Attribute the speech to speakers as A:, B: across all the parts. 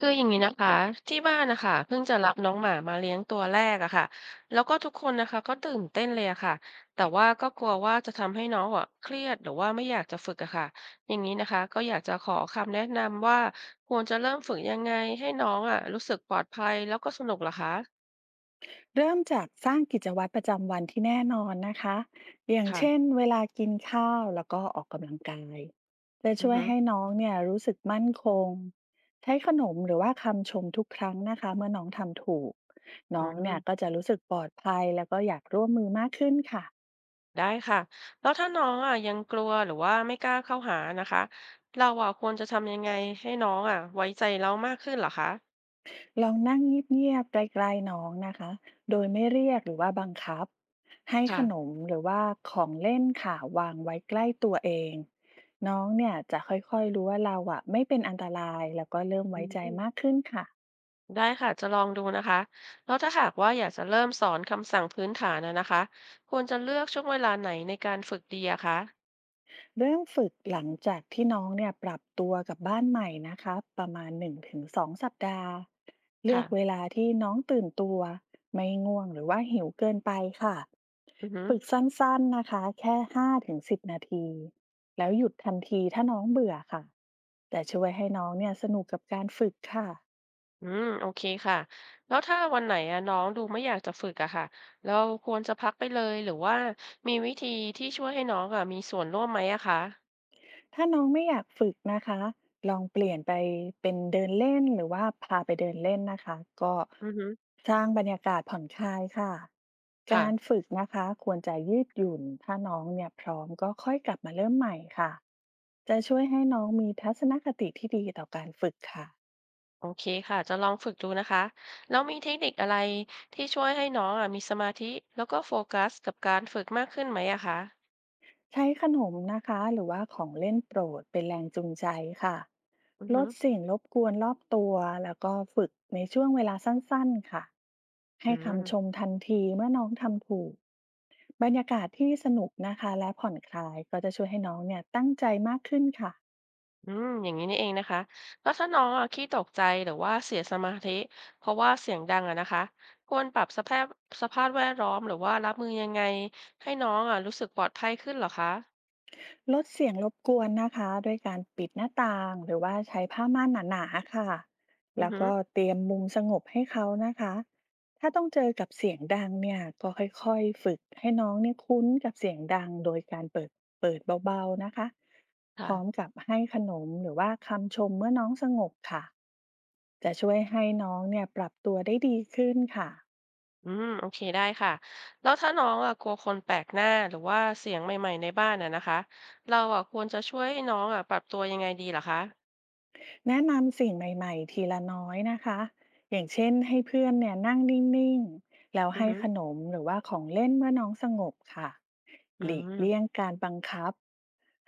A: คืออย่างนี้นะคะที่บ้านนะคะเพิ่งจะรับน้องหมามาเลี้ยงตัวแรกอะค่ะแล้วก็ทุกคนนะคะก็ตื่นเต้นเลยอะค่ะแต่ว่าก็กลัวว่าจะทำให้น้องอะเครียดหรือว่าไม่อยากจะฝึกอะค่ะอย่างนี้นะคะก็อยากจะขอคำแนะนำว่าควรจะเริ่มฝึกยังไงให้น้องอะรู้สึกปลอดภัยแล้วก็สนุกเหรอคะ
B: เริ่มจากสร้างกิจวัตรประจำวันที่แน่นอนนะคะอย่างเช่น
A: ค่ะ
B: เวลากินข้าวแล้วก็ออกกำลังกายจะ
A: อือ
B: ช่วย
A: ฮึ
B: ให้น้องเนี่ยรู้สึกมั่นคงใช้ขนมหรือว่าคำชมทุกครั้งนะคะเมื่อน้องทำถูก
A: อื
B: น้องเนี่ย
A: ม
B: ก็จะรู้สึกปลอดภัยแล้วก็อยากร่วมมือมากขึ้นค่ะ
A: ได้ค่ะแล้วถ้าน้องอะยังกลัวหรือว่าไม่กล้าเข้าหานะคะเราอะควรจะทำยังไงให้น้องอะไว้ใจเรามากขึ้นเหรอคะ
B: ลองนั่งเงียบๆไกลๆน้องนะคะ โดยไม่เรียกหรือว่าบังคับให้ขน
A: ค่ะ
B: มหรือว่าของเล่นค่ะวางไว้ใกล้ตัวเองน้องเนี่ยจะค่อยๆรู้ว่าเราอะไม่เป็นอันตรายแล้วก็เริ่ม
A: อื
B: ไว้ใจ
A: ม
B: มากขึ้นค่ะ
A: ได้ค่ะจะลองดูนะคะแล้วถ้าหากว่าอยากจะเริ่มสอนคำสั่งพื้นฐานนะคะควรจะเลือกช่วงเวลาไหนในการฝึกดีอะคะ
B: เริ่มฝึกหลังจากที่น้องเนี่ยปรับตัวกับบ้านใหม่นะคะประมาณ1-2สองสัปดาห์เลื
A: ค่ะ
B: อกเวลาที่น้องตื่นตัวไม่ง่วงหรือว่าหิวเกินไปค่ะ
A: อือฮึ
B: ฝึกสั้นๆนะคะแค่5-10นาทีแล้วหยุดทันทีถ้าน้องเบื่อค่ะแต่ช่วยให้น้องเนี่ยสนุกกับการฝึกค่ะ
A: อืมโอเคค่ะแล้วถ้าวันไหนอะน้องดูไม่อยากจะฝึกอะค่ะเราควรจะพักไปเลยหรือว่ามีวิธีที่ช่วยให้น้องอะมีส่วนร่วมไหมอะคะ
B: ถ้าน้องไม่อยากฝึกนะคะลองเปลี่ยนไปเป็นเดินเล่นหรือว่าพาไปเดินเล่นนะคะก็
A: อือฮึ
B: สร้างบรรยากาศผ่อนคลายค่ะ
A: ค่ะ
B: การฝึกนะคะควรจะยืดหยุ่น ถ้าน้องเนี่ยพร้อมก็ค่อยกลับมาเริ่มใหม่ค่ะจะช่วยให้น้องมีทัศนคติที่ดีต่อการฝึกค่ะ
A: โอเคค่ะจะลองฝึกดูนะคะแล้วมีเทคนิคอะไรที่ช่วยให้น้องอะมีสมาธิแล้วก็โฟกัสกับการฝึกมากขึ้นไหมอะคะ
B: ใช้ขนมนะคะหรือว่าของเล่นโปรดเป็นแรงจูงใจค่ะ
A: อือ
B: ล
A: ฮึ
B: ดสิ่งรบกวนรอบตัวแล้วก็ฝึกในช่วงเวลาสั้นๆค่ะ
A: อื
B: ให้คำช
A: ม
B: มทันทีเมื่อน้องทำถูกบรรยากาศที่สนุกนะคะและผ่อนคลายก็จะช่วยให้น้องเนี่ยตั้งใจมากขึ้นค่ะ
A: อืมอย่างนี้นี่เองนะคะ แล้วถ้าน้องอะขี้ตกใจหรือว่าเสียสมาธิเพราะว่าเสียงดังอะนะคะควรปรับสภาพสภาพแวดล้อมหรือว่ารับมือยังไงให้น้องอะรู้สึกปลอดภัยขึ้นเหรอคะ
B: ลดเสียงรบกวนนะคะด้วยการปิดหน้าต่างหรือว่าใช้ผ้าม่านหนาๆค่ะ
A: อือ
B: แล้ว
A: ฮึ
B: ก็เตรียมมุมสงบให้เขานะคะถ้าต้องเจอกับเสียงดังเนี่ยก็ค่อยๆฝึกให้น้องเนี่ยคุ้นกับเสียงดังโดยการเปิดเบาๆนะคะพร้อม
A: ค่ะ
B: กับให้ขนมหรือว่าคำชมเมื่อน้องสงบค่ะจะช่วยให้น้องเนี่ยปรับตัวได้ดีขึ้นค่ะ
A: อืมโอเคได้ค่ะแล้วถ้าน้องอะกลัวคนแปลกหน้าหรือว่าเสียงใหม่ๆในบ้านอะนะคะเราอะควรจะช่วยให้น้องอะปรับตัวยังไงดีเหรอคะ
B: แนะนำสิ่งใหม่ๆทีละน้อยนะคะอย่างเช่นให้เพื่อนเนี่ยนั่งนิ่งๆแล้ว
A: อือ
B: ให้
A: ฮึ
B: ขนมหรือว่าของเล่นเมื่อน้องสงบค่ะ
A: อื
B: หลีกเลี่ยง
A: ม
B: การบังคับ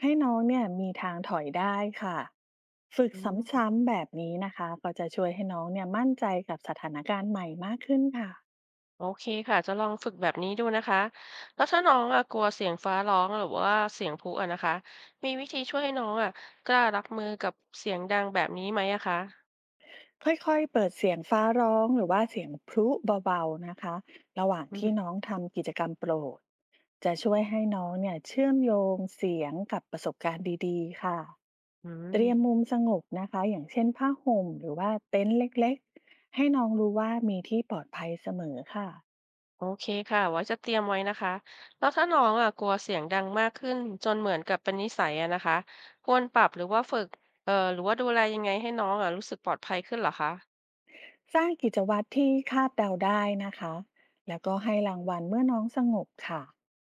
B: ให้น้องเนี่ยมีทางถอยได้ค่ะฝึก
A: อืม
B: ซ้ำๆแบบนี้นะคะก็จะช่วยให้น้องเนี่ยมั่นใจกับสถานการณ์ใหม่มากขึ้นค่ะ
A: โอเคค่ะจะลองฝึกแบบนี้ดูนะคะแล้วถ้าน้องอะกลัวเสียงฟ้าร้องหรือว่าเสียงพลุอะนะคะมีวิธีช่วยให้น้องอะกล้ารับมือกับเสียงดังแบบนี้ไหมอะคะ
B: ค่อยๆ เปิดเสียงฟ้าร้องหรือว่าเสียงพลุเบาๆนะคะระหว่าง
A: อืม
B: ที่น้องทำกิจกรรมโปรดจะช่วยให้น้องเนี่ยเชื่อมโยงเสียงกับประสบการณ์ดีๆค่ะ
A: อื
B: เต
A: ม
B: รียมมุมสงบนะคะอย่างเช่นผ้าห่มหรือว่าเต็นท์เล็กๆ ให้น้องรู้ว่ามีที่ปลอดภัยเสมอค่ะ
A: โอเคค่ะไว้จะเตรียมไว้นะคะแล้วถ้าน้องอะกลัวเสียงดังมากขึ้นจนเหมือนกับเป็นนิสัยอะนะคะควรปรับหรือว่าฝึกหรือว่าดูแลยังไงให้น้องอะรู้สึกปลอดภัยขึ้นเหรอคะ
B: สร้างกิจวัตรที่คาดเดาได้นะคะ แล้วก็ให้รางวัลเมื่อน้องสงบค่ะ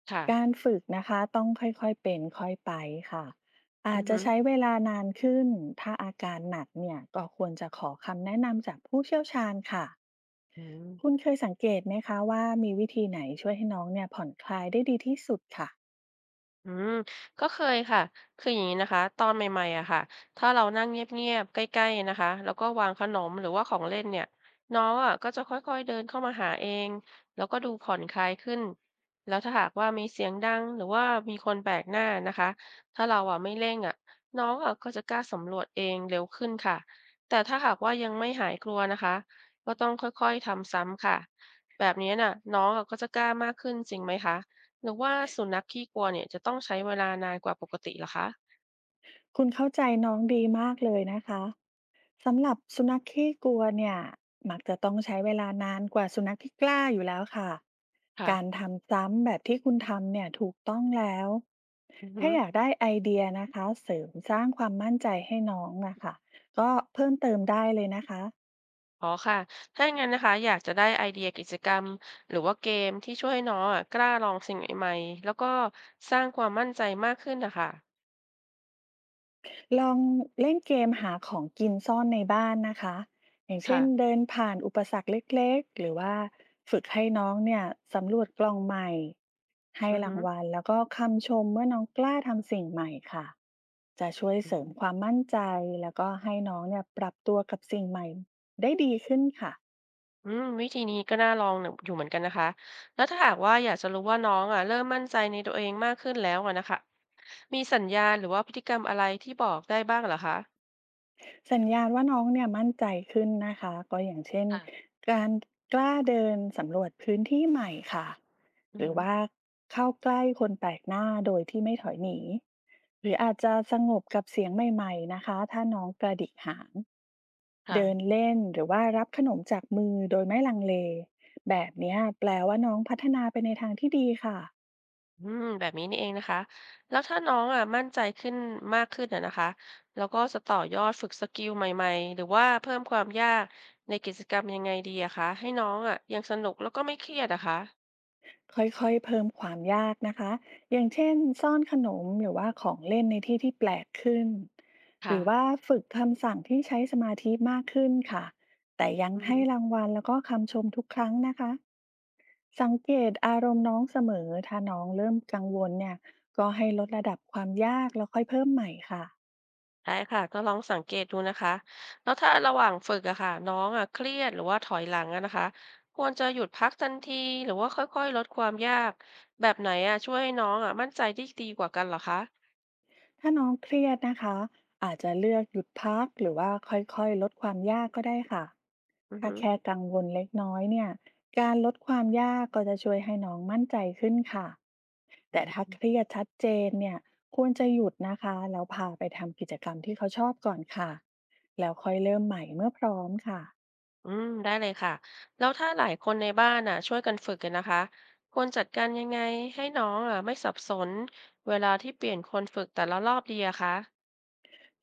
A: ค่ะ
B: การฝึกนะคะต้องค่อยๆเป็นค่อยไปค่ะ อา
A: อื
B: จ
A: อ
B: จะ
A: ฮึ
B: ใช้เวลานานขึ้น ถ้าอาการหนักเนี่ยก็ควรจะขอคำแนะนำจากผู้เชี่ยวชาญค่ะ
A: อืม
B: คุณเคยสังเกตไหมคะว่ามีวิธีไหนช่วยให้น้องเนี่ยผ่อนคลายได้ดีที่สุดค่ะ
A: อืมก็เคยค่ะคืออย่างนี้นะคะตอนใหม่ๆอะค่ะถ้าเรานั่งเงียบๆใกล้ๆนะคะแล้วก็วางขนมหรือว่าของเล่นเนี่ยน้องอะก็จะค่อยๆเดินเข้ามาหาเองแล้วก็ดูผ่อนคลายขึ้นแล้วถ้าหากว่ามีเสียงดังหรือว่ามีคนแปลกหน้านะคะถ้าเราอะไม่เร่งอะน้องอะก็จะกล้าสำรวจเองเร็วขึ้นค่ะแต่ถ้าหากว่ายังไม่หายกลัวนะคะก็ต้องค่อยๆทำซ้ำค่ะแบบนี้น่ะน้องอะก็จะกล้ามากขึ้นจริงไหมคะ หรือว่าสุนัขขี้กลัวเนี่ยจะต้องใช้เวลานานกว่าปกติเหรอคะ
B: คุณเข้าใจน้องดีมากเลยนะคะ สำหรับสุนัขขี้กลัวเนี่ยมักจะต้องใช้เวลานานกว่าสุนัขที่กล้าอยู่แล้วค่ะ
A: ค่ะ
B: การทำซ้ำแบบที่คุณทำเนี่ยถูกต้องแล้ว
A: อือฮึ
B: ถ้าอยากได้ไอเดียนะคะเสริมสร้างความมั่นใจให้น้องนะคะก็เพิ่มเติมได้เลยนะคะ
A: อ๋อค่ะถ้าอย่างนั้นนะคะอยากจะได้ไอเดียกิจกรรมหรือว่าเกมที่ช่วยให้น้องอ่ะกล้าลองสิ่งใหม่ๆแล้วก็สร้างความมั่นใจมากขึ้นนะคะ
B: ลองเล่นเกมหาของกินซ่อนในบ้านนะคะอย่างเช่
A: ค่ะ
B: นเดินผ่านอุปสรรคเล็กๆหรือว่าฝึกให้น้องเนี่ยสำรวจกล่องใหม่ให้
A: อือ
B: รา
A: ฮึ
B: งวัลแล้วก็คำชมเมื่อน้องกล้าทำสิ่งใหม่ค่ะจะช่วย
A: อื
B: เส
A: อ
B: ริ
A: ฮึ
B: มความมั่นใจแล้วก็ให้น้องเนี่ยปรับตัวกับสิ่งใหม่ได้ดีขึ้นค่ะ
A: อืมวิธีนี้ก็น่าลองอยู่เหมือนกันนะคะแล้วถ้าหากว่าอยากจะรู้ว่าน้องอ่ะเริ่มมั่นใจในตัวเองมากขึ้นแล้วอ่ะนะคะมีสัญญาณหรือว่าพฤติกรรมอะไรที่บอกได้บ้างเหรอคะ
B: สัญญาณว่าน้องเนี่ยมั่นใจขึ้นนะคะก็อย่างเช่น
A: ค่ะ
B: การกล้าเดินสำรวจพื้นที่ใหม่ค่ะ
A: อื
B: ห
A: อ
B: รือ
A: ฮึ
B: ว่าเข้าใกล้คนแปลกหน้าโดยที่ไม่ถอยหนีหรืออาจจะสงบกับเสียงใหม่ๆนะคะถ้าน้องกระดิกหางเดิน
A: ค่ะ
B: เล่นหรือว่ารับขนมจากมือโดยไม่ลังเลแบบเนี้ยแปลว่าน้องพัฒนาไปในทางที่ดีค่ะ
A: อืมแบบนี้นี่เองนะคะแล้วถ้าน้องอ่ะมั่นใจขึ้นมากขึ้นอ่ะนะคะแล้วก็จะต่อยอดฝึกสกิลใหม่ๆหรือว่าเพิ่มความยากในกิจกรรมยังไงดีอะคะให้น้องอ่ะยังสนุกแล้วก็ไม่เครียดอะคะ
B: ค่อยๆเพิ่มความยากนะคะอย่างเช่นซ่อนขนมหรือว่าของเล่นในที่ที่แปลกขึ้น ห
A: ค่ะ
B: รือว่าฝึกคำสั่งที่ใช้สมาธิมากขึ้นค่ะแต่ยัง
A: อื
B: ให้
A: ม
B: รางวัลแล้วก็คำชมทุกครั้งนะคะสังเกตอารมณ์น้องเสมอ ถ้าน้องเริ่มกังวลเนี่ยก็ให้ลดระดับความยากแล้วค่อยเพิ่มใหม่ค่ะ
A: ได้ค่ะก็ลองสังเกตดูนะคะแล้วถ้าระหว่างฝึกอะค่ะน้องอ่ะเครียดหรือว่าถอยหลังอะนะคะควรจะหยุดพักทันทีหรือว่าค่อยๆลดความยากแบบไหนอะช่วยให้น้องอ่ะมั่นใจได้ดีกว่ากันเหรอคะ
B: ถ้าน้องเครียดนะคะอาจจะเลือกหยุดพักหรือว่าค่อยๆลดความยากก็ได้ค่ะ
A: อือ
B: ถ้า
A: ฮึ
B: แค่กังวลเล็กน้อยเนี่ยการลดความยากก็จะช่วยให้น้องมั่นใจขึ้นค่ะแต่ถ้าเครียดชัดเจนเนี่ยควรจะหยุดนะคะแล้วพาไปทำกิจกรรมที่เขาชอบก่อนค่ะแล้วค่อยเริ่มใหม่เมื่อพร้อมค่ะ
A: อืมได้เลยค่ะแล้วถ้าหลายคนในบ้านน่ะช่วยกันฝึกกันนะคะควรจัดการยังไงให้น้องอ่ะไม่สับสนเวลาที่เปลี่ยนคนฝึกแต่ละรอบดีอะคะ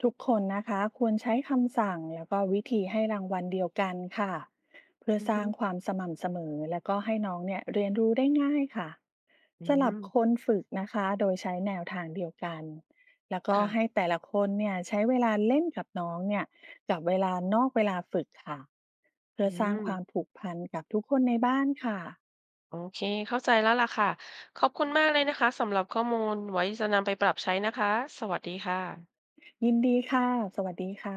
B: ทุกคนนะคะควรใช้คำสั่งแล้วก็วิธีให้รางวัลเดียวกันค่ะเพื่อ
A: อือ
B: ส
A: ฮึ
B: ร้างความสม่ำเสมอและก็ให้น้องเนี่ยเรียนรู้ได้ง่ายค่ะ
A: อื
B: สลับค
A: ม
B: นฝึกนะคะโดยใช้แนวทางเดียวกันแล้วก็
A: ค่ะ
B: ให้แต่ละคนเนี่ยใช้เวลาเล่นกับน้องเนี่ยกับเวลานอกเวลาฝึกค่ะเพื่
A: อื
B: อสร้าง
A: ม
B: ความผูกพันกับทุกคนในบ้านค่ะ
A: โอเคเข้าใจแล้วล่ะค่ะขอบคุณมากเลยนะคะสำหรับข้อมูลไว้จะนำไปปรับใช้นะคะสวัสดีค่ะ
B: ยินดีค่ะสวัสดีค่ะ